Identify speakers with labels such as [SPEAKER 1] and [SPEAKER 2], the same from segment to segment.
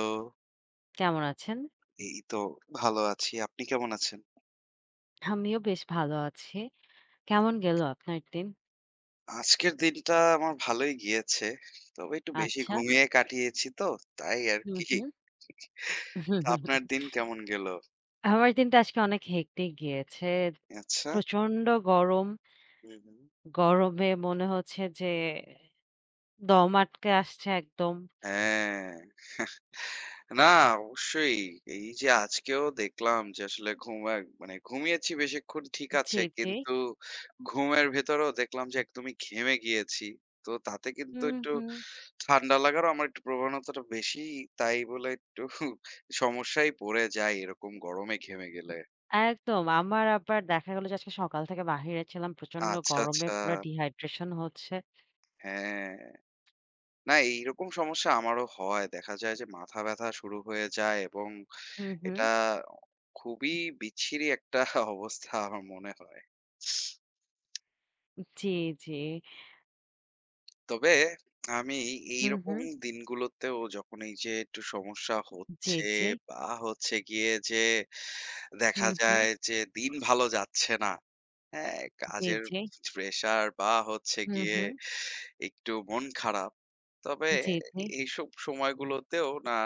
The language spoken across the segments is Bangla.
[SPEAKER 1] তো
[SPEAKER 2] কেমন আছেন?
[SPEAKER 1] এই তো ভালো আছি। আপনি কেমন আছেন?
[SPEAKER 2] আমিও বেশ ভালো আছি। কেমন গেল আপনার দিন?
[SPEAKER 1] আজকের দিনটা আমার ভালোই গিয়েছে। তবে একটু বেশি
[SPEAKER 2] আচ্ছা।
[SPEAKER 1] ঘুমিয়ে কাটিয়েছি তো, তাই
[SPEAKER 2] হুম,
[SPEAKER 1] আরকি।
[SPEAKER 2] হুম।
[SPEAKER 1] তো আপনার দিন কেমন গেল?
[SPEAKER 2] আমার দিনটা আজকে অনেক হেক্টিক গিয়েছে।
[SPEAKER 1] আচ্ছা।
[SPEAKER 2] প্রচন্ড গরম।
[SPEAKER 1] হুম, হুম।
[SPEAKER 2] গরমে মনে হচ্ছে যে দম আটকে আসছে একদম।
[SPEAKER 1] হ্যাঁ। না অবশ্যই। এই যে আজকেও দেখলাম যে আসলে ঘুমা মানে ঘুমিয়েছি বেশিক্ষণ ঠিক
[SPEAKER 2] জি,
[SPEAKER 1] আছে।
[SPEAKER 2] জি।
[SPEAKER 1] কিন্তু ঘুমের ভেতরেও দেখলাম যে একদমই ঘেমে গিয়েছি। তো তাতে কিন্তু
[SPEAKER 2] হুম,
[SPEAKER 1] একটু
[SPEAKER 2] হুম।
[SPEAKER 1] ঠান্ডা লাগারও আমার একটু প্রবণতাটা বেশি। তাই বলে একটু সমস্যায় পড়ে যাই এরকম গরমে ঘেমে গেলে।
[SPEAKER 2] একদম। আমার আবার দেখা গেল যে আজকে সকাল থেকে বাহিরে ছিলাম। প্রচন্ড
[SPEAKER 1] আচ্ছা,
[SPEAKER 2] গরমে
[SPEAKER 1] আচ্ছা।
[SPEAKER 2] পুরা ডিহাইড্রেশন হচ্ছে।
[SPEAKER 1] হ্যাঁ। না এইরকম সমস্যা আমারও হয়। দেখা যায় যে মাথা ব্যাথা শুরু হয়ে যায় এবং
[SPEAKER 2] হুম, হুম।
[SPEAKER 1] এটা খুবই বিচ্ছিরি একটা অবস্থা আমার মনে হয়।
[SPEAKER 2] জি, জি।
[SPEAKER 1] তবে আমি
[SPEAKER 2] হুম,
[SPEAKER 1] এইরকম
[SPEAKER 2] হুম।
[SPEAKER 1] দিনগুলোতেও যখন এই যে একটু সমস্যা
[SPEAKER 2] জি,
[SPEAKER 1] হচ্ছে
[SPEAKER 2] জি।
[SPEAKER 1] বা হচ্ছে গিয়ে যে দেখা
[SPEAKER 2] হুম, হুম।
[SPEAKER 1] যায় যে দিন ভালো যাচ্ছে না। হ্যাঁ,
[SPEAKER 2] জি,
[SPEAKER 1] কাজের
[SPEAKER 2] জি।
[SPEAKER 1] প্রেশার বা হচ্ছে
[SPEAKER 2] হুম,
[SPEAKER 1] গিয়ে
[SPEAKER 2] হুম।
[SPEAKER 1] একটু মন খারাপ। তবে
[SPEAKER 2] জি, জি।
[SPEAKER 1] এইসব সময়গুলোতেও না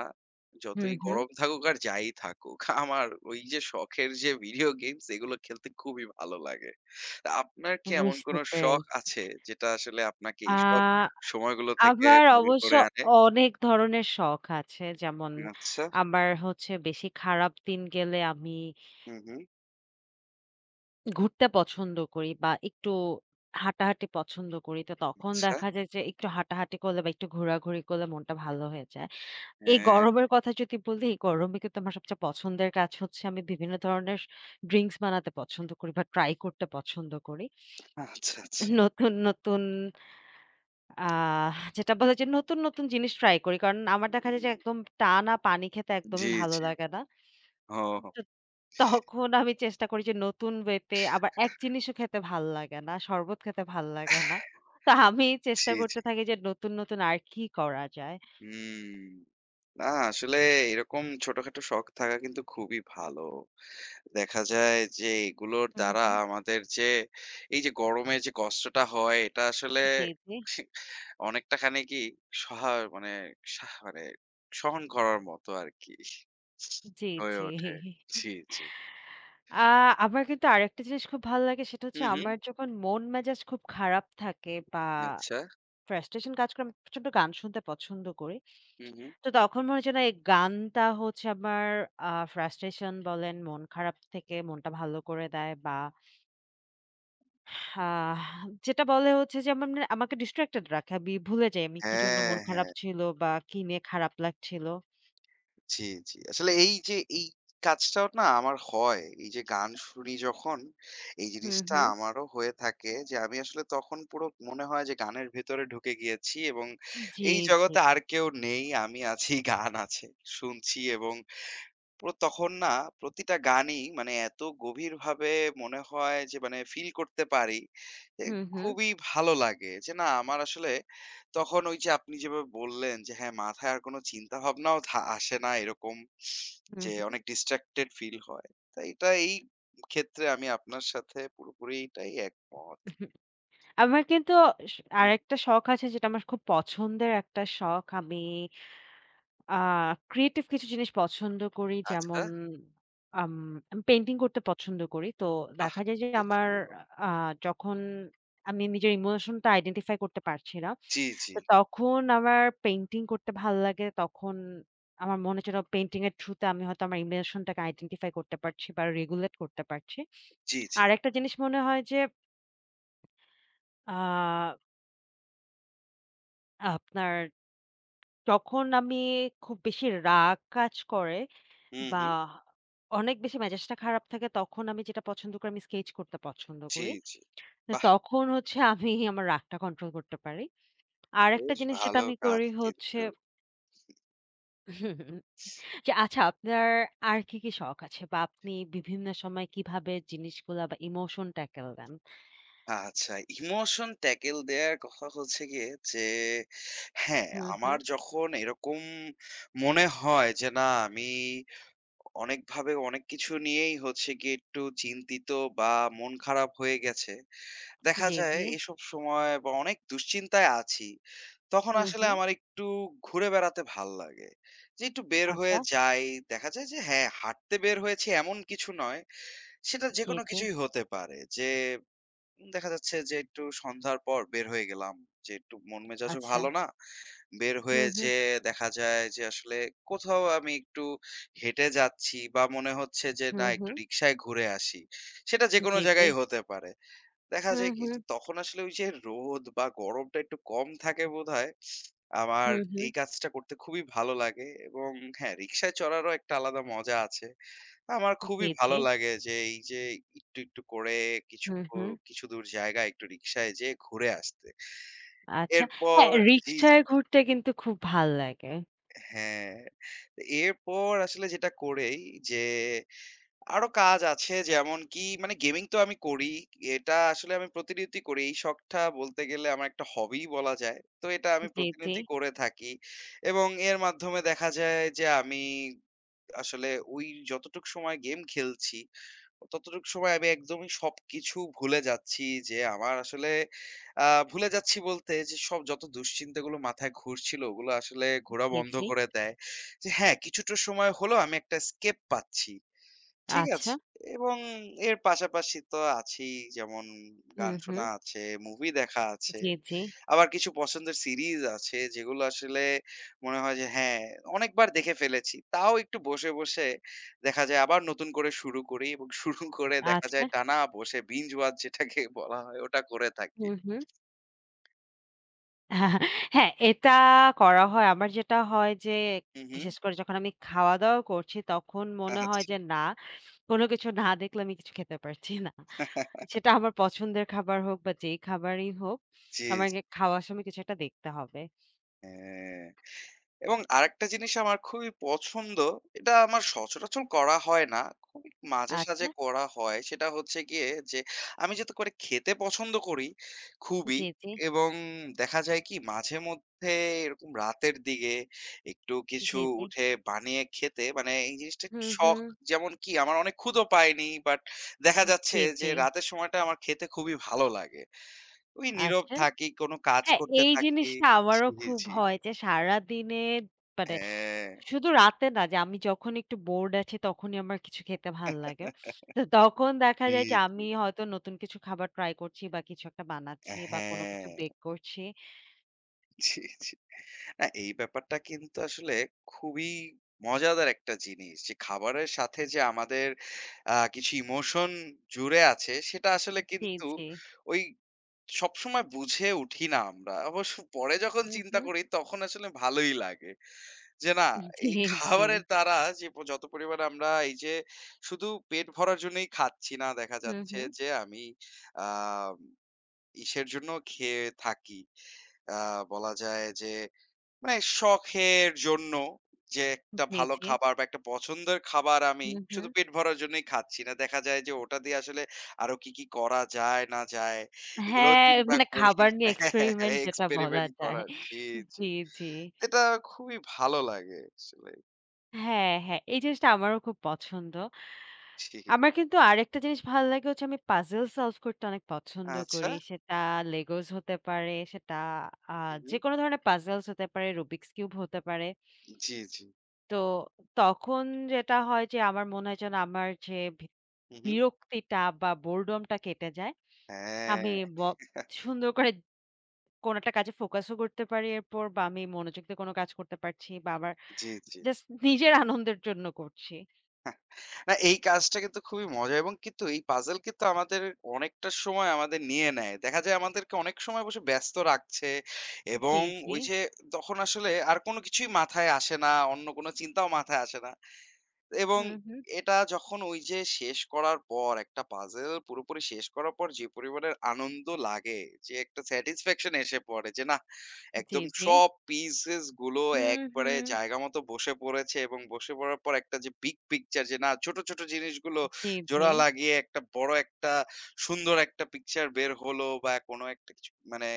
[SPEAKER 2] হুম,
[SPEAKER 1] যতই
[SPEAKER 2] হুম।
[SPEAKER 1] গরম থাকুক আর যাই থাকুক, আমার ওই যে শখের যে ভিডিও গেমস এগুলো খেলতে খুবই ভালো লাগে। তা আপনার কি এমন
[SPEAKER 2] বুঝতে
[SPEAKER 1] কোনো শখ
[SPEAKER 2] পেরেছি।
[SPEAKER 1] আছে যেটা আসলে আপনাকে
[SPEAKER 2] আ
[SPEAKER 1] এইসব সময়গুলো থেকে
[SPEAKER 2] আমার
[SPEAKER 1] বের
[SPEAKER 2] অবশ্য
[SPEAKER 1] করে আনে?
[SPEAKER 2] অনেক ধরনের শখ আছে। যেমন
[SPEAKER 1] আচ্ছা।
[SPEAKER 2] আমার হচ্ছে বেশি খারাপ দিন গেলে আমি
[SPEAKER 1] হুম, হুম।
[SPEAKER 2] ঘুরতে পছন্দ করি বা একটু হাঁটাহাঁটি পছন্দ করি। তো তখন
[SPEAKER 1] আচ্ছা।
[SPEAKER 2] দেখা যায় যে একটু হাঁটাহাঁটি করলে বা একটু ঘোরাঘুরি করলে মনটা ভালো হয়ে যায়। এই
[SPEAKER 1] হ্যাঁ।
[SPEAKER 2] গরমের কথা যদি বলি, এই গরমে কিন্তু আমার সবচেয়ে পছন্দের কাজ হচ্ছে আমি বিভিন্ন ধরনের ড্রিংকস বানাতে পছন্দ করি বা ট্রাই করতে পছন্দ করি।
[SPEAKER 1] আচ্ছা, আচ্ছা।
[SPEAKER 2] নতুন, নতুন আ যেটা বলে যে নতুন, নতুন জিনিস ট্রাই করি। কারণ আমার দেখা যায় যে
[SPEAKER 1] হুম।
[SPEAKER 2] একদম টানা পানি খেতে
[SPEAKER 1] জি,
[SPEAKER 2] একদমই ভালো
[SPEAKER 1] জি।
[SPEAKER 2] লাগে না।
[SPEAKER 1] ও
[SPEAKER 2] তো তখন আমি চেষ্টা করি যে নতুন ওয়েতে আবার এক জিনিসও খেতে ভাল লাগে না। শরবত খেতে ভাল লাগে না। তো আমি চেষ্টা
[SPEAKER 1] জি,
[SPEAKER 2] করতে
[SPEAKER 1] জি।
[SPEAKER 2] থাকি যে নতুন, নতুন আর কি করা যায়।
[SPEAKER 1] হুম। না আসলে এরকম ছোটখাটো শখ থাকা কিন্তু খুবই ভালো। দেখা যায় যে এগুলোর
[SPEAKER 2] হুম,
[SPEAKER 1] দ্বারা
[SPEAKER 2] হুম।
[SPEAKER 1] আমাদের যে এই যে গরমে যে কষ্টটা হয় এটা আসলে
[SPEAKER 2] জি, জি,
[SPEAKER 1] অনেকটা খানি কি সহা মানে সাহ মানে সহন করার মতো আরকি
[SPEAKER 2] জি,
[SPEAKER 1] হয়ে
[SPEAKER 2] জি।
[SPEAKER 1] ওঠে। জি, জি।
[SPEAKER 2] আ আমার কিন্তু আরেকটা জিনিস খুব ভালো লাগে সেটা
[SPEAKER 1] হু,
[SPEAKER 2] হচ্ছে
[SPEAKER 1] হু।
[SPEAKER 2] আমার যখন মন মেজাজ খুব খারাপ থাকে বা
[SPEAKER 1] আচ্ছা।
[SPEAKER 2] ফ্রাস্ট্রেশন কাজ করে আমি প্রচন্ড গান শুনতে পছন্দ করি।
[SPEAKER 1] হু, হু।
[SPEAKER 2] তো তখন মনে হচ্ছে না এই গানটা হচ্ছে আমার আ ফ্রাস্ট্রেশন বলেন, মন খারাপ থেকে মনটা ভালো করে দেয় বা আহ যেটা বলে হচ্ছে যে আমার মানে আমাকে ডিস্ট্রাক্টেড রাখে। আমি ভুলে যাই আমি কি জন্য
[SPEAKER 1] হ্যাঁ,
[SPEAKER 2] মন খারাপ
[SPEAKER 1] হ্যাঁ।
[SPEAKER 2] ছিল বা কি নিয়ে খারাপ লাগছিল।
[SPEAKER 1] জি, জি। আসলে এই যে এই কাজটাও না আমার হয়। এই যে গান শুনি যখন, এই
[SPEAKER 2] হুম,
[SPEAKER 1] জিনিসটা
[SPEAKER 2] হুম।
[SPEAKER 1] আমারও হয়ে থাকে যে আমি আসলে তখন পুরো মনে হয় যে গানের ভেতরে ঢুকে গিয়েছি এবং
[SPEAKER 2] জি,
[SPEAKER 1] এই
[SPEAKER 2] জি।
[SPEAKER 1] জগতে আর কেউ নেই। আমি আছি, গান আছে। শুনছি এবং পুরো তখন না প্রতিটা গানই মানে এত গভীরভাবে মনে হয় যে মানে ফিল করতে পারি যে
[SPEAKER 2] হুম, হুম,
[SPEAKER 1] খুবই ভালো লাগে যে না আমার আসলে তখন ওই যে আপনি যেভাবে বললেন যে হ্যাঁ মাথায় আর কোনো চিন্তা ভাবনাও আসে না এরকম
[SPEAKER 2] হুম,
[SPEAKER 1] যে
[SPEAKER 2] হুম।
[SPEAKER 1] অনেক ডিস্ট্রাক্টেড ফিল হয় তাই এটা এই ক্ষেত্রে আমি আপনার সাথে পুরোপুরি এটাই একমত।
[SPEAKER 2] আমার কিন্তু স
[SPEAKER 1] হুম,
[SPEAKER 2] আরেকটা শখ আছে যেটা আমার খুব পছন্দের একটা শখ। আমি আ ক্রিয়েটিভ কিছু জিনিস পছন্দ করি।
[SPEAKER 1] আচ্ছা।
[SPEAKER 2] যেমন আম আমি পেইন্টিং করতে পছন্দ করি। তো
[SPEAKER 1] বাহ,
[SPEAKER 2] দেখা যায় যে
[SPEAKER 1] বেশ
[SPEAKER 2] আমার
[SPEAKER 1] সুন্দর।
[SPEAKER 2] আ যখন আমি নিজের ইমোশনটা আইডেন্টিফাই করতে পারছি না।
[SPEAKER 1] জি, জি।
[SPEAKER 2] তো তখন আমার পেইন্টিং করতে ভাল লাগে। তখন আমার মনে হচ্ছে পেইন্টিং এর থ্রু তে আমি হয়তো আমার ইমোশনটাকে আইডেন্টিফাই করতে পারছি বা রেগুলেট করতে পারছি।
[SPEAKER 1] জি, জি।
[SPEAKER 2] আরেকটা জিনিস মনে হয় যে আ আপনার যখন আমি খুব বেশি রাগ কাজ করে
[SPEAKER 1] হুম,
[SPEAKER 2] বা
[SPEAKER 1] হুম।
[SPEAKER 2] অনেক বেশি মেজাজটা খারাপ থাকে তখন আমি যেটা পছন্দ করি আমি স্কেচ করতে পছন্দ
[SPEAKER 1] জি,
[SPEAKER 2] করি।
[SPEAKER 1] জি।
[SPEAKER 2] তো
[SPEAKER 1] বাহ,
[SPEAKER 2] তখন হচ্ছে আমি আমার রাগটা কন্ট্রোল করতে পারি। আরেকটা
[SPEAKER 1] বেশ
[SPEAKER 2] জিনিস যেটা
[SPEAKER 1] ভালো
[SPEAKER 2] আমি
[SPEAKER 1] কাজ
[SPEAKER 2] করি হচ্ছে
[SPEAKER 1] কিন্তু।
[SPEAKER 2] যে আচ্ছা আপনার আর কি, কি শখ আছে বা আপনি বিভিন্ন সময় কিভাবে জিনিসগুলা বা ইমোশন ট্যাকেল দেন?
[SPEAKER 1] আচ্ছা, ইমোশন ট্যাকেল দেয়ার কথা হচ্ছে গিয়ে যে হ্যাঁ,
[SPEAKER 2] হুম,
[SPEAKER 1] আমার
[SPEAKER 2] হুম।
[SPEAKER 1] যখন এরকম মনে হয় যে না আমি অনেকভাবে অনেক কিছু নিয়েই হচ্ছে গিয়ে একটু চিন্তিত বা মন খারাপ হয়ে গেছে। দেখা
[SPEAKER 2] জি,
[SPEAKER 1] যায়
[SPEAKER 2] জি।
[SPEAKER 1] এসব সময় বা অনেক দুশ্চিন্তায় আছি। তখন
[SPEAKER 2] হুম,
[SPEAKER 1] আসলে
[SPEAKER 2] হুম।
[SPEAKER 1] আমার একটু ঘুরে বেড়াতে ভাল লাগে। যে একটু বের
[SPEAKER 2] আচ্ছা।
[SPEAKER 1] হয়ে যাই। দেখা যায় যে হ্যাঁ, হাঁটতে বের হয়েছি এমন কিছু নয়। সেটা
[SPEAKER 2] জি,
[SPEAKER 1] যেকোনো
[SPEAKER 2] জি।
[SPEAKER 1] কিছুই হতে পারে। যে দেখা যাচ্ছে যে একটু সন্ধ্যার পর বের হয়ে গেলাম। যে একটু মন মেজাজও
[SPEAKER 2] আচ্ছা।
[SPEAKER 1] ভালো না। বের
[SPEAKER 2] হুম,
[SPEAKER 1] হয়ে
[SPEAKER 2] হুম।
[SPEAKER 1] যেয়ে দেখা যায় যে আসলে কোথাও আমি একটু হেঁটে যাচ্ছি বা মনে হচ্ছে যে না
[SPEAKER 2] হুম,
[SPEAKER 1] একটু
[SPEAKER 2] হুম।
[SPEAKER 1] রিক্সায় ঘুরে আসি। সেটা যেকোনো
[SPEAKER 2] জি, জি।
[SPEAKER 1] জায়গায় হতে পারে। দেখা
[SPEAKER 2] হুম,
[SPEAKER 1] যায় কি
[SPEAKER 2] হুম।
[SPEAKER 1] যে তখন আসলে ওই যে রোদ বা গরমটা একটু কম থাকে বোধহয় আমার
[SPEAKER 2] হুম, হুম।
[SPEAKER 1] এই কাজটা করতে খুবই ভালো লাগে এবং হ্যাঁ, রিক্সায় চড়ারও একটা আলাদা মজা আছে। আমার খুবই
[SPEAKER 2] জি, জি।
[SPEAKER 1] ভালো লাগে যে এই যে একটু, একটু করে কিছু
[SPEAKER 2] হুম,
[SPEAKER 1] উ
[SPEAKER 2] হুম।
[SPEAKER 1] কিছু দূর জায়গা একটু রিক্সায় যেয়ে ঘুরে আসতে।
[SPEAKER 2] আচ্ছা।
[SPEAKER 1] এরপর
[SPEAKER 2] হ্যাঁ,
[SPEAKER 1] জি,
[SPEAKER 2] রিকশায়
[SPEAKER 1] জি।
[SPEAKER 2] ঘুরতে কিন্তু খুব ভাল লাগে।
[SPEAKER 1] হ্যাঁ। তো এরপর আসলে যেটা করেই যে আরো কাজ আছে যেমন কি মানে গেমিং তো আমি করি। এটা আসলে আমি প্রতিনিয়তই করি। এই শখটা বলতে গেলে আমার একটা হবিই বলা যায়। তো এটা আমি
[SPEAKER 2] জি, জি,
[SPEAKER 1] প্রতিনিয়তই করে থাকি এবং এর মাধ্যমে দেখা যায় যে আমি আসলে ওই যতটুক সময় গেম খেলছি ততটুক সময় আমি একদমই সবকিছু ভুলে যাচ্ছি যে আমার আসলে আ ভুলে যাচ্ছি বলতে যে সব যত দুশ্চিন্তাগুলো মাথায় ঘুরছিল ওগুলো আসলে ঘোরা
[SPEAKER 2] জি,
[SPEAKER 1] বন্ধ
[SPEAKER 2] জি।
[SPEAKER 1] করে দেয়। যে হ্যাঁ, কিছুটা সময় হলেও আমি একটা escape পাচ্ছি। ঠিক
[SPEAKER 2] আচ্ছা।
[SPEAKER 1] আছে। এবং এর পাশাপাশি তো আছেই যেমন গান
[SPEAKER 2] হুম, হুম।
[SPEAKER 1] শোনা আছে, মুভি দেখা আছে।
[SPEAKER 2] জি, জি।
[SPEAKER 1] আবার কিছু পছন্দের সিরিজ আছে যেগুলো আসলে মনে হয় যে হ্যাঁ, অনেকবার দেখে ফেলেছি। তাও একটু বসে, বসে দেখা যায় আবার নতুন করে শুরু করি এবং শুরু করে দেখা
[SPEAKER 2] আচ্ছা।
[SPEAKER 1] যায় টানা বসে binge watch যেটাকে বলা হয় ওটা করে থাকি।
[SPEAKER 2] হুম, হুম। হ্যাঁ, এটা করা হয়। আমার যেটা হয় যে
[SPEAKER 1] হু, হু।
[SPEAKER 2] বিশেষ করে যখন আমি খাওয়া-দাওয়া করছি তখন মনে হয়
[SPEAKER 1] আচ্ছা।
[SPEAKER 2] যে না, কোন কিছু না দেখলে আমি কিছু খেতে পারছি না। সেটা আমার পছন্দের খাবার হোক বা যেই খাবারই হোক,
[SPEAKER 1] জি,
[SPEAKER 2] আমার
[SPEAKER 1] জি।
[SPEAKER 2] গে খাওয়ার সময় কিছু একটা দেখতে হবে।
[SPEAKER 1] হ্যাঁ। এবং আরেকটা জিনিস আমার খুবই পছন্দ। এটা আমার সচরাচর করা হয় না। খুবই মাঝে সাঝে
[SPEAKER 2] আচ্ছা।
[SPEAKER 1] করা হয়। সেটা হচ্ছে গিয়ে যে আমি যাতে করে খেতে পছন্দ করি খুবই
[SPEAKER 2] জি, জি।
[SPEAKER 1] এবং দেখা যায় কি মাঝে মধ্যে এরকম রাতের দিকে একটু কিছু
[SPEAKER 2] জি, জি।
[SPEAKER 1] উঠে বানিয়ে খেতে মানে এই জিনিসটা একটু
[SPEAKER 2] হুম,
[SPEAKER 1] শখ।
[SPEAKER 2] হুম।
[SPEAKER 1] যেমন কি আমার অনেক ক্ষুধা পায়নি বাট দেখা যাচ্ছে
[SPEAKER 2] জি,
[SPEAKER 1] যে
[SPEAKER 2] জি।
[SPEAKER 1] রাতের সময়টা আমার খেতে খুবই ভালো লাগে। ওই নীরব
[SPEAKER 2] আচ্ছা।
[SPEAKER 1] থাকি, কোন কাজ
[SPEAKER 2] হ্যাঁ,
[SPEAKER 1] করতে
[SPEAKER 2] এই
[SPEAKER 1] থাকি।
[SPEAKER 2] জিনিসটা
[SPEAKER 1] জি,
[SPEAKER 2] আমারও খুব
[SPEAKER 1] জি।
[SPEAKER 2] হয় যে সারাদিনে মানে
[SPEAKER 1] হ্যাঁ।
[SPEAKER 2] শুধু রাতে না যে আমি যখন একটু বোর্ড আছি তখনই আমার কিছু খেতে ভাল লাগে। তো তখন দেখা
[SPEAKER 1] জি,
[SPEAKER 2] যায় যে
[SPEAKER 1] জি।
[SPEAKER 2] আমি হয়তো নতুন কিছু খাবার ট্রাই করছি বা কিছু একটা বানাচ্ছি বা কোনো কিছু
[SPEAKER 1] হ্যাঁ,
[SPEAKER 2] বেক করছি।
[SPEAKER 1] জি, জি। না এই ব্যাপারটা কিন্তু আসলে খুবই মজাদার একটা জিনিস যে খাবারের সাথে যে আমাদের কিছু ইমোশন জুড়ে আছে সেটা আসলে
[SPEAKER 2] জি,
[SPEAKER 1] কিন্তু
[SPEAKER 2] জি।
[SPEAKER 1] ওই সবসময় বুঝে উঠি না আমরা। অবশ্য পরে যখন
[SPEAKER 2] হুম,
[SPEAKER 1] চিন্তা
[SPEAKER 2] হুম।
[SPEAKER 1] করি তখন আসলে ভালোই লাগে। যে না
[SPEAKER 2] জি,
[SPEAKER 1] এই
[SPEAKER 2] জি।
[SPEAKER 1] খাবারের দ্বারা যে যত পরিমাণে আমরা এই যে শুধু পেট ভরার জন্যই খাচ্ছি না দেখা
[SPEAKER 2] হুম,
[SPEAKER 1] যাচ্ছে
[SPEAKER 2] হুম।
[SPEAKER 1] যে আমি আ ইসের জন্য খেয়ে থাকি। আ বলা যায় যে মানে শখের জন্য যে একটা
[SPEAKER 2] জি,
[SPEAKER 1] ভালো
[SPEAKER 2] জি।
[SPEAKER 1] খাবার বা একটা পছন্দের খাবার আমি
[SPEAKER 2] হুম, হুম।
[SPEAKER 1] শুধু পেট ভরার জন্যই খাচ্ছি না। দেখা যায় যে ওটা দিয়ে আসলে আরো কি, কি করা যায় না যায় এগুলোও
[SPEAKER 2] হ্যাঁ,
[SPEAKER 1] চিন্তা
[SPEAKER 2] মানে
[SPEAKER 1] করি।
[SPEAKER 2] খাবার নিয়ে
[SPEAKER 1] হ্যাঁ,
[SPEAKER 2] এক্সপেরিমেন্ট
[SPEAKER 1] হ্যাঁ,
[SPEAKER 2] যেটা বলা
[SPEAKER 1] এক্সপেরিমেন্ট
[SPEAKER 2] যায়।
[SPEAKER 1] করা। জি, জি।
[SPEAKER 2] জি, জি।
[SPEAKER 1] এটা খুবই ভালো লাগে আসলে।
[SPEAKER 2] হ্যাঁ, হ্যাঁ। এই জিনিসটা আমারও খুব পছন্দ।
[SPEAKER 1] জি।
[SPEAKER 2] আমার কিন্তু আরেকটা জিনিস ভাল লাগে হচ্ছে আমি puzzle solve করতে অনেক পছন্দ
[SPEAKER 1] আচ্ছা।
[SPEAKER 2] করি। সেটা Legos হতে পারে, সেটা আ
[SPEAKER 1] হু, হু।
[SPEAKER 2] যেকোনো ধরনের puzzles হতে পারে, Rubik's Cube হতে পারে।
[SPEAKER 1] জি, জি।
[SPEAKER 2] তো তখন যেটা হয় যে আমার মনে হয় যেন আমার যে বি
[SPEAKER 1] হু, হু।
[SPEAKER 2] বিরক্তিটা বা boredom টা কেটে যায়। আমি
[SPEAKER 1] হ্যাঁ।
[SPEAKER 2] ব সুন্দর করে কোনো একটা কাজে ফোকাসও করতে পারি এরপর বা আমি মনোযোগ দিয়ে কোনো কাজ করতে পারছি বা আমার
[SPEAKER 1] জি, জি।
[SPEAKER 2] জাস্ট নিজের আনন্দের জন্য করছি।
[SPEAKER 1] না এই কাজটা কিন্তু খুবই মজা এবং কিন্তু এই পাজল কিন্তু আমাদের অনেকটা সময় আমাদের নিয়ে নেয়। দেখা যায় আমাদেরকে অনেক সময় বসে ব্যস্ত রাখছে এবং
[SPEAKER 2] জি, জি।
[SPEAKER 1] ওই যে তখন আসলে আর কোনো কিছুই মাথায় আসে না, অন্য কোনো চিন্তাও মাথায় আসে না। এবং
[SPEAKER 2] হুম, হুম।
[SPEAKER 1] এটা যখন ওই যে শেষ করার পর একটা পাজল পুরোপুরি শেষ করার পর যে পরিমাণের আনন্দ লাগে, যে একটা স্যাটিসফ্যাকশন এসে পড়ে যে, নাহ!
[SPEAKER 2] জি,
[SPEAKER 1] একদম
[SPEAKER 2] জি।
[SPEAKER 1] সব পিসেস গুলো
[SPEAKER 2] হুম,
[SPEAKER 1] একবারে
[SPEAKER 2] হুম।
[SPEAKER 1] জায়গা মতো বসে পড়েছে এবং বসে পড়ার পর একটা যে বিগ পিকচার যে না ছোট, ছোট জিনিসগুলো
[SPEAKER 2] জি, জি।
[SPEAKER 1] জোড়া লাগিয়ে একটা বড় একটা সুন্দর একটা পিকচার বের হলো বা কোনো একটা কিছু মানে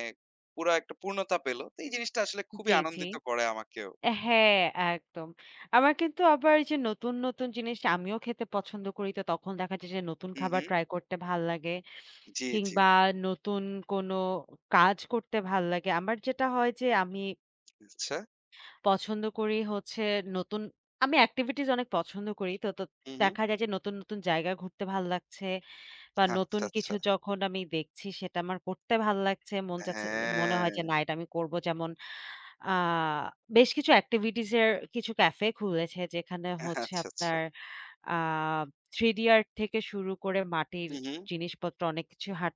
[SPEAKER 1] পুরা একটা পূর্ণতা পেল। তো এই জিনিসটা আসলে খুবই
[SPEAKER 2] জি, জি।
[SPEAKER 1] আনন্দিত করে আমাকেও।
[SPEAKER 2] হ্যাঁ, একদম। আমার কিন্তু আবার এই যে নতুন, নতুন জিনিস আমিও খেতে পছন্দ করি। তো তখন দেখা যায় যে নতুন
[SPEAKER 1] হু,
[SPEAKER 2] খাবার
[SPEAKER 1] হু।
[SPEAKER 2] ট্রাই করতে ভাল লাগে।
[SPEAKER 1] জি, জি।
[SPEAKER 2] কিংবা নতুন কোনো কাজ করতে ভাল লাগে। আমার যেটা হয় যে আমি
[SPEAKER 1] আচ্ছা।
[SPEAKER 2] পছন্দ করি হচ্ছে নতুন আমি activities অনেক পছন্দ করি। তো
[SPEAKER 1] হু, হু।
[SPEAKER 2] দেখা যায় যে নতুন, নতুন জায়গা ঘুরতে ভাল লাগছে। বা নতুন
[SPEAKER 1] আচ্ছা,
[SPEAKER 2] কিছু
[SPEAKER 1] আচ্ছা।
[SPEAKER 2] যখন আমি দেখছি সেটা আমার করতে ভাল লাগছে। মন চাচ্ছে মনে
[SPEAKER 1] হ্যাঁ।
[SPEAKER 2] হয় যে না এটা আমি করব। যেমন আ বেশ কিছু activities এর কিছু ক্যাফে খুলেছে যেখানে হচ্ছে
[SPEAKER 1] আচ্ছা, আচ্ছা।
[SPEAKER 2] আপনার আ 3D art থেকে শুরু করে মাটির
[SPEAKER 1] হু, হু।
[SPEAKER 2] জিনিসপত্র অনেক কিছু হাত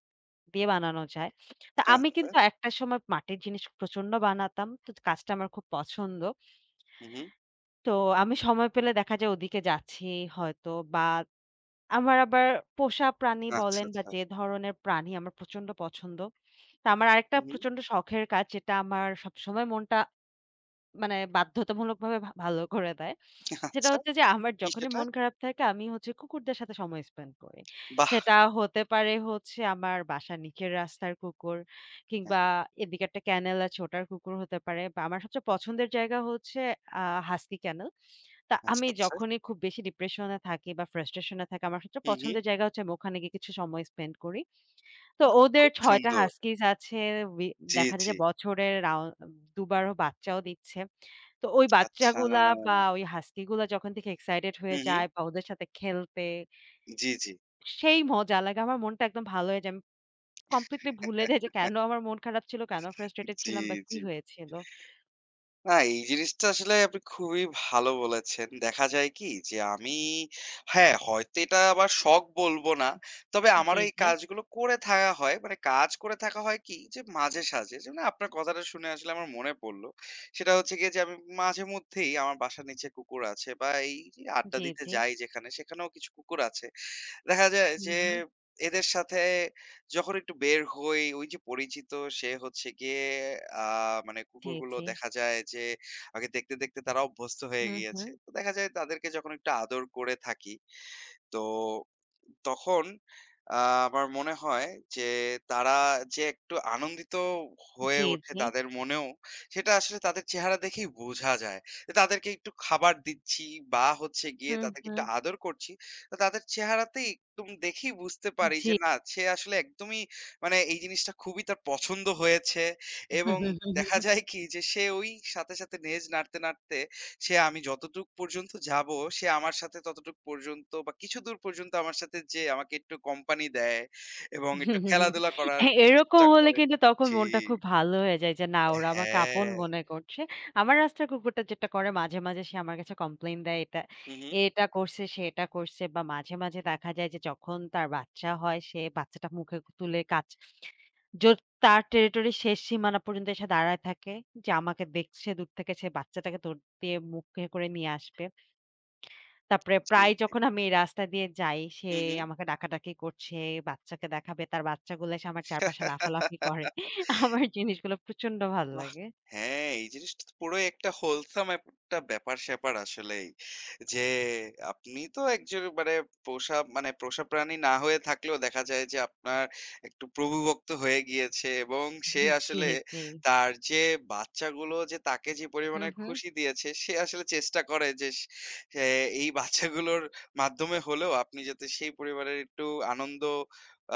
[SPEAKER 2] দিয়ে বানানো যায়। তো আমি
[SPEAKER 1] আচ্ছা।
[SPEAKER 2] কিন্তু একটা সময় মাটির জিনিস প্রচন্ড বানাতাম। তো কাজটা আমার খুব পছন্দ।
[SPEAKER 1] হু, হু।
[SPEAKER 2] তো আমি সময় পেলে দেখা যায় ওদিকে যাচ্ছি হয়তো বা আমার আবার পোষা প্রাণী
[SPEAKER 1] আচ্ছা,
[SPEAKER 2] বলেন বা
[SPEAKER 1] আচ্ছা।
[SPEAKER 2] যে ধরনের প্রাণী আমার প্রচন্ড পছন্দ। তো আমার আরেকটা
[SPEAKER 1] হু, হু।
[SPEAKER 2] প্রচন্ড শখের কাজ যেটা আমার সবসময় মনটা মানে বাধ্যতামূলকভাবে ভালো করে দেয়। সেটা
[SPEAKER 1] আচ্ছা।
[SPEAKER 2] হচ্ছে যে আমার
[SPEAKER 1] কি
[SPEAKER 2] যখনই
[SPEAKER 1] সেটা?
[SPEAKER 2] মন খারাপ থাকে আমি হচ্ছে কুকুরদের সাথে সময় স্পেন্ড করি।
[SPEAKER 1] বাহ!
[SPEAKER 2] সেটা হতে পারে হচ্ছে আমার বাসার নিচের রাস্তার কুকুর
[SPEAKER 1] হ্যাঁ।
[SPEAKER 2] কিংবা এদিকে একটা ক্যানেল আছে ওটার কুকুর হতে পারে বা আমার সবচেয়ে পছন্দের জায়গা হচ্ছে আ হাস্কি ক্যানেল। তা
[SPEAKER 1] আচ্ছা,
[SPEAKER 2] আমি
[SPEAKER 1] আচ্ছা।
[SPEAKER 2] যখনই খুব বেশি ডিপ্রেশন এ থাকি বা ফ্রাস্ট্রেশন এ থাকি, আমার সবচেয়ে
[SPEAKER 1] হু, হু।
[SPEAKER 2] পছন্দের জায়গা হচ্ছে আমি ওখানে গিয়ে কিছু সময় স্পেন্ড করি। তো
[SPEAKER 1] বাহ!
[SPEAKER 2] ওদের
[SPEAKER 1] খুব
[SPEAKER 2] ৬ টা
[SPEAKER 1] সুন্দর।
[SPEAKER 2] হাস্কিস আছে। উই
[SPEAKER 1] জি,
[SPEAKER 2] দেখা যায়
[SPEAKER 1] জি।
[SPEAKER 2] যে বছরে ২ বারও বাচ্চাও দিচ্ছে। তো ওই
[SPEAKER 1] আচ্ছা।
[SPEAKER 2] বাচ্চাগুলা বা ওই হাস্কি গুলা যখন থেকে এক্সাইটেড
[SPEAKER 1] হু,
[SPEAKER 2] হয়ে
[SPEAKER 1] হু।
[SPEAKER 2] যায় বা ওদের সাথে খেলতে,
[SPEAKER 1] জি, জি।
[SPEAKER 2] সেই মজা লাগে। আমার মনটা একদম ভালো হয়ে যায়। আমি কমপ্লিটলি ভুলে যাই যে কেন আমার মন খারাপ ছিল, কেন ফ্রাস্ট্রেটেড
[SPEAKER 1] জি,
[SPEAKER 2] ছিলাম বা কি
[SPEAKER 1] জি।
[SPEAKER 2] হয়েছিল।
[SPEAKER 1] না, এই জিনিসটা আসলে আপনি খুবই ভালো বলেছেন। দেখা যায় কি যে আমি হ্যাঁ, হয়তো এটা আবার শখ বলব না। তবে আমারও
[SPEAKER 2] জি,
[SPEAKER 1] এই
[SPEAKER 2] জি।
[SPEAKER 1] কাজগুলো করে থাকা হয়। মানে কাজ করে থাকা হয় কি যে মাঝে-সাঝে যেমন আপনার কথাটা শুনে আসলে আমার মনে পড়ল। সেটা হচ্ছে গিয়ে যে আমি মাঝে মধ্যেই আমার বাসার নিচে কুকুর আছে বা এই যে আড্ডা
[SPEAKER 2] জি,
[SPEAKER 1] দিতে
[SPEAKER 2] জি।
[SPEAKER 1] যাই যেখানে সেখানেও কিছু কুকুর আছে। দেখা যায়
[SPEAKER 2] হু,
[SPEAKER 1] যে
[SPEAKER 2] হু।
[SPEAKER 1] এদের সাথে যখন একটু বের হই, ওই যে পরিচিত সে হচ্ছে গিয়ে আ মানে
[SPEAKER 2] জি,
[SPEAKER 1] কুকুরগুলো
[SPEAKER 2] জি।
[SPEAKER 1] দেখা যায় যে আগে দেখতে, দেখতে তারা অভ্যস্ত হয়ে
[SPEAKER 2] হু, হু।
[SPEAKER 1] গিয়েছে। তো দেখা যায় তাদেরকে যখন একটু আদর করে থাকি, তো তখন আ আমার মনে হয় যে তারা যে একটু আনন্দিত হয়ে
[SPEAKER 2] জি,
[SPEAKER 1] ওঠে
[SPEAKER 2] জি।
[SPEAKER 1] তাদের মনেও, সেটা আসলে তাদের চেহারা দেখেই বোঝা যায়। যে তাদেরকে একটু খাবার দিচ্ছি বা হচ্ছে গিয়ে
[SPEAKER 2] হুম,
[SPEAKER 1] তাদেরকে
[SPEAKER 2] হুম।
[SPEAKER 1] একটু আদর করছি। তো তাদের চেহারাতেই একদম দেখেই বুঝতে পারি
[SPEAKER 2] জি।
[SPEAKER 1] যে না, সে আসলে একদমই মানে এই জিনিসটা খুবই তার পছন্দ হয়েছে
[SPEAKER 2] হুম,
[SPEAKER 1] এবং
[SPEAKER 2] হুম, হুম, হুম,
[SPEAKER 1] দেখা
[SPEAKER 2] হুম,
[SPEAKER 1] যায় কি যে সে ওই সাথে, সাথে লেজ নাড়তে, নাড়তে সে আমি যতটুক পর্যন্ত যাবো, সে আমার সাথে ততটুক পর্যন্ত বা কিছুদূর পর্যন্ত আমার সাথে যে আমাকে একটু কোম্পানি দেয় এবং একটু
[SPEAKER 2] হুম।
[SPEAKER 1] খেলাধুলা করার
[SPEAKER 2] এরকম
[SPEAKER 1] চেষ্টা
[SPEAKER 2] হলে
[SPEAKER 1] করে।
[SPEAKER 2] কিন্তু তখন
[SPEAKER 1] জি,
[SPEAKER 2] মনটা খুব ভালো হয়ে যায় যে, না ওরা আমাকে আপন
[SPEAKER 1] হ্যাঁ।
[SPEAKER 2] মনে করছে। আমার রাস্তার কুকুরটা যেটা করে মাঝে, মাঝে সে আমার কাছে কমপ্লেইন দেয় এটা,
[SPEAKER 1] হু, হু।
[SPEAKER 2] এটা করছে, সে এটা করছে বা মাঝে, মাঝে দেখা যায় যে যখন তার বাচ্চা হয় সে বাচ্চাটা মুখে তুলে কাছ য তার টেরিটরির শেষ সীমানা পর্যন্ত এসে দাঁড়ায় থাকে যে আমাকে দেখছে দূর থেকে সে বাচ্চাটাকে দৌড় দিয়ে মুখে করে নিয়ে আসবে। তারপরে
[SPEAKER 1] জি,
[SPEAKER 2] প্রায়
[SPEAKER 1] জি।
[SPEAKER 2] যখন আমি এই রাস্তা দিয়ে যাই, সে
[SPEAKER 1] হু, হু।
[SPEAKER 2] আমাকে ডাকাডাকি করছে, বাচ্চাকে দেখাবে। তার বাচ্চাগুলো এসে আমার চারপাশে লাফালাফি করে। আমার জিনিসগুলো প্রচন্ড ভাল
[SPEAKER 1] বাহ!
[SPEAKER 2] লাগে।
[SPEAKER 1] হ্যাঁ, এই জিনিসটা তো পুরোই একটা wholesome একটা ব্যাপার-স্যাপার আসলেই। যে আপনি তো একজন মানে পোষা মানে পোষা প্রাণী না হয়ে থাকলেও দেখা যায় যে আপনার একটু প্রভুভক্ত হয়ে গিয়েছে এবং সে
[SPEAKER 2] জি,
[SPEAKER 1] আসলে
[SPEAKER 2] জি।
[SPEAKER 1] তার যে বাচ্চাগুলো যে তাকে যে
[SPEAKER 2] হুম,
[SPEAKER 1] পরিমাণে
[SPEAKER 2] হুম।
[SPEAKER 1] খুশি দিয়েছে সে আসলে চেষ্টা করে যে সে এই বাচ্চাগুলোর মাধ্যমে হলেও আপনি যাতে সেই পরিবারের একটু আনন্দ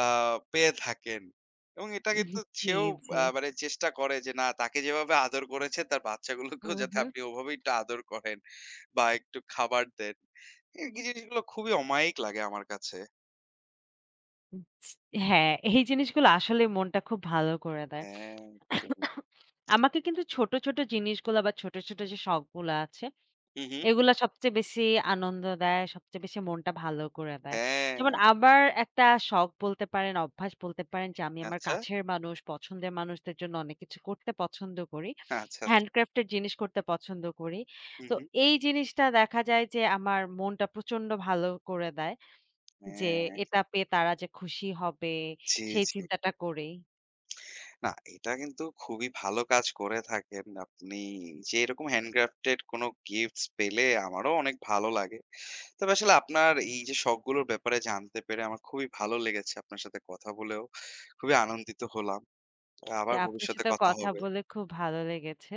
[SPEAKER 1] আ পেয়ে থাকেন। এবং এটা কিন্তু
[SPEAKER 2] জি,
[SPEAKER 1] সেও
[SPEAKER 2] জি।
[SPEAKER 1] মানে চেষ্টা করে যে না তাকে যেভাবে আদর করেছেন তার বাচ্চাগুলোকেও
[SPEAKER 2] হুম,
[SPEAKER 1] যাতে
[SPEAKER 2] হুম।
[SPEAKER 1] আপনি ওভাবে একটু আদর করেন বা একটু খাবার দেন। এই জিনিসগুলো খুবই অমায়িক লাগে আমার কাছে।
[SPEAKER 2] হ্যাঁ, এই জিনিসগুলো আসলে মনটা খুব ভালো করে দেয়।
[SPEAKER 1] হ্যাঁ, একদমই।
[SPEAKER 2] আমাকে কিন্তু ছোট, ছোট জিনিসগুলা বা ছোট, ছোট যে শখগুলা আছে
[SPEAKER 1] হু, হু।
[SPEAKER 2] এগুলা সবচেয়ে বেশি আনন্দ দেয়, সবচেয়ে বেশি মনটা ভালো করে দেয়।
[SPEAKER 1] হ্যাঁ,
[SPEAKER 2] যেমন আমার একটা শখ বলতে পারেন, অভ্যাস বলতে পারেন যে আমি আমার
[SPEAKER 1] আচ্ছা,
[SPEAKER 2] কাছের মানুষ, পছন্দের মানুষদের জন্য অনেক কিছু করতে পছন্দ করি।
[SPEAKER 1] আচ্ছা, আচ্ছা।
[SPEAKER 2] হ্যান্ডক্রাফট এর জিনিস করতে পছন্দ করি।
[SPEAKER 1] হু,
[SPEAKER 2] তো
[SPEAKER 1] হু।
[SPEAKER 2] এই জিনিসটা দেখা যায় যে আমার মনটা প্রচন্ড ভালো করে দেয় যে
[SPEAKER 1] হ্যাঁ,
[SPEAKER 2] এটা পেয়ে তারা যে খুশি হবে
[SPEAKER 1] জি,
[SPEAKER 2] সেই
[SPEAKER 1] জি।
[SPEAKER 2] চিন্তাটা করেই।
[SPEAKER 1] না, এটা কিন্তু খুবই ভালো কাজ করে থাকেন আপনি। যে এরকম handcrafted কোনো গিফটস পেলে আমারও অনেক ভালো লাগে। তবে আসলে আপনার এই যে শখগুলোর ব্যাপারে জানতে পেরে আমার খুবই ভালো লেগেছে। আপনার সাথে কথা বলেও খুবই আনন্দিত হলাম।
[SPEAKER 2] যে
[SPEAKER 1] আবার
[SPEAKER 2] আপনার
[SPEAKER 1] ভবিষ্যতে
[SPEAKER 2] সাথে
[SPEAKER 1] কথা
[SPEAKER 2] কথা
[SPEAKER 1] হবে।
[SPEAKER 2] বলে খুব ভালো লেগেছে।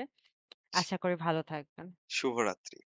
[SPEAKER 2] আশা করি ভালো থাকবেন।
[SPEAKER 1] শুভরাত্রি।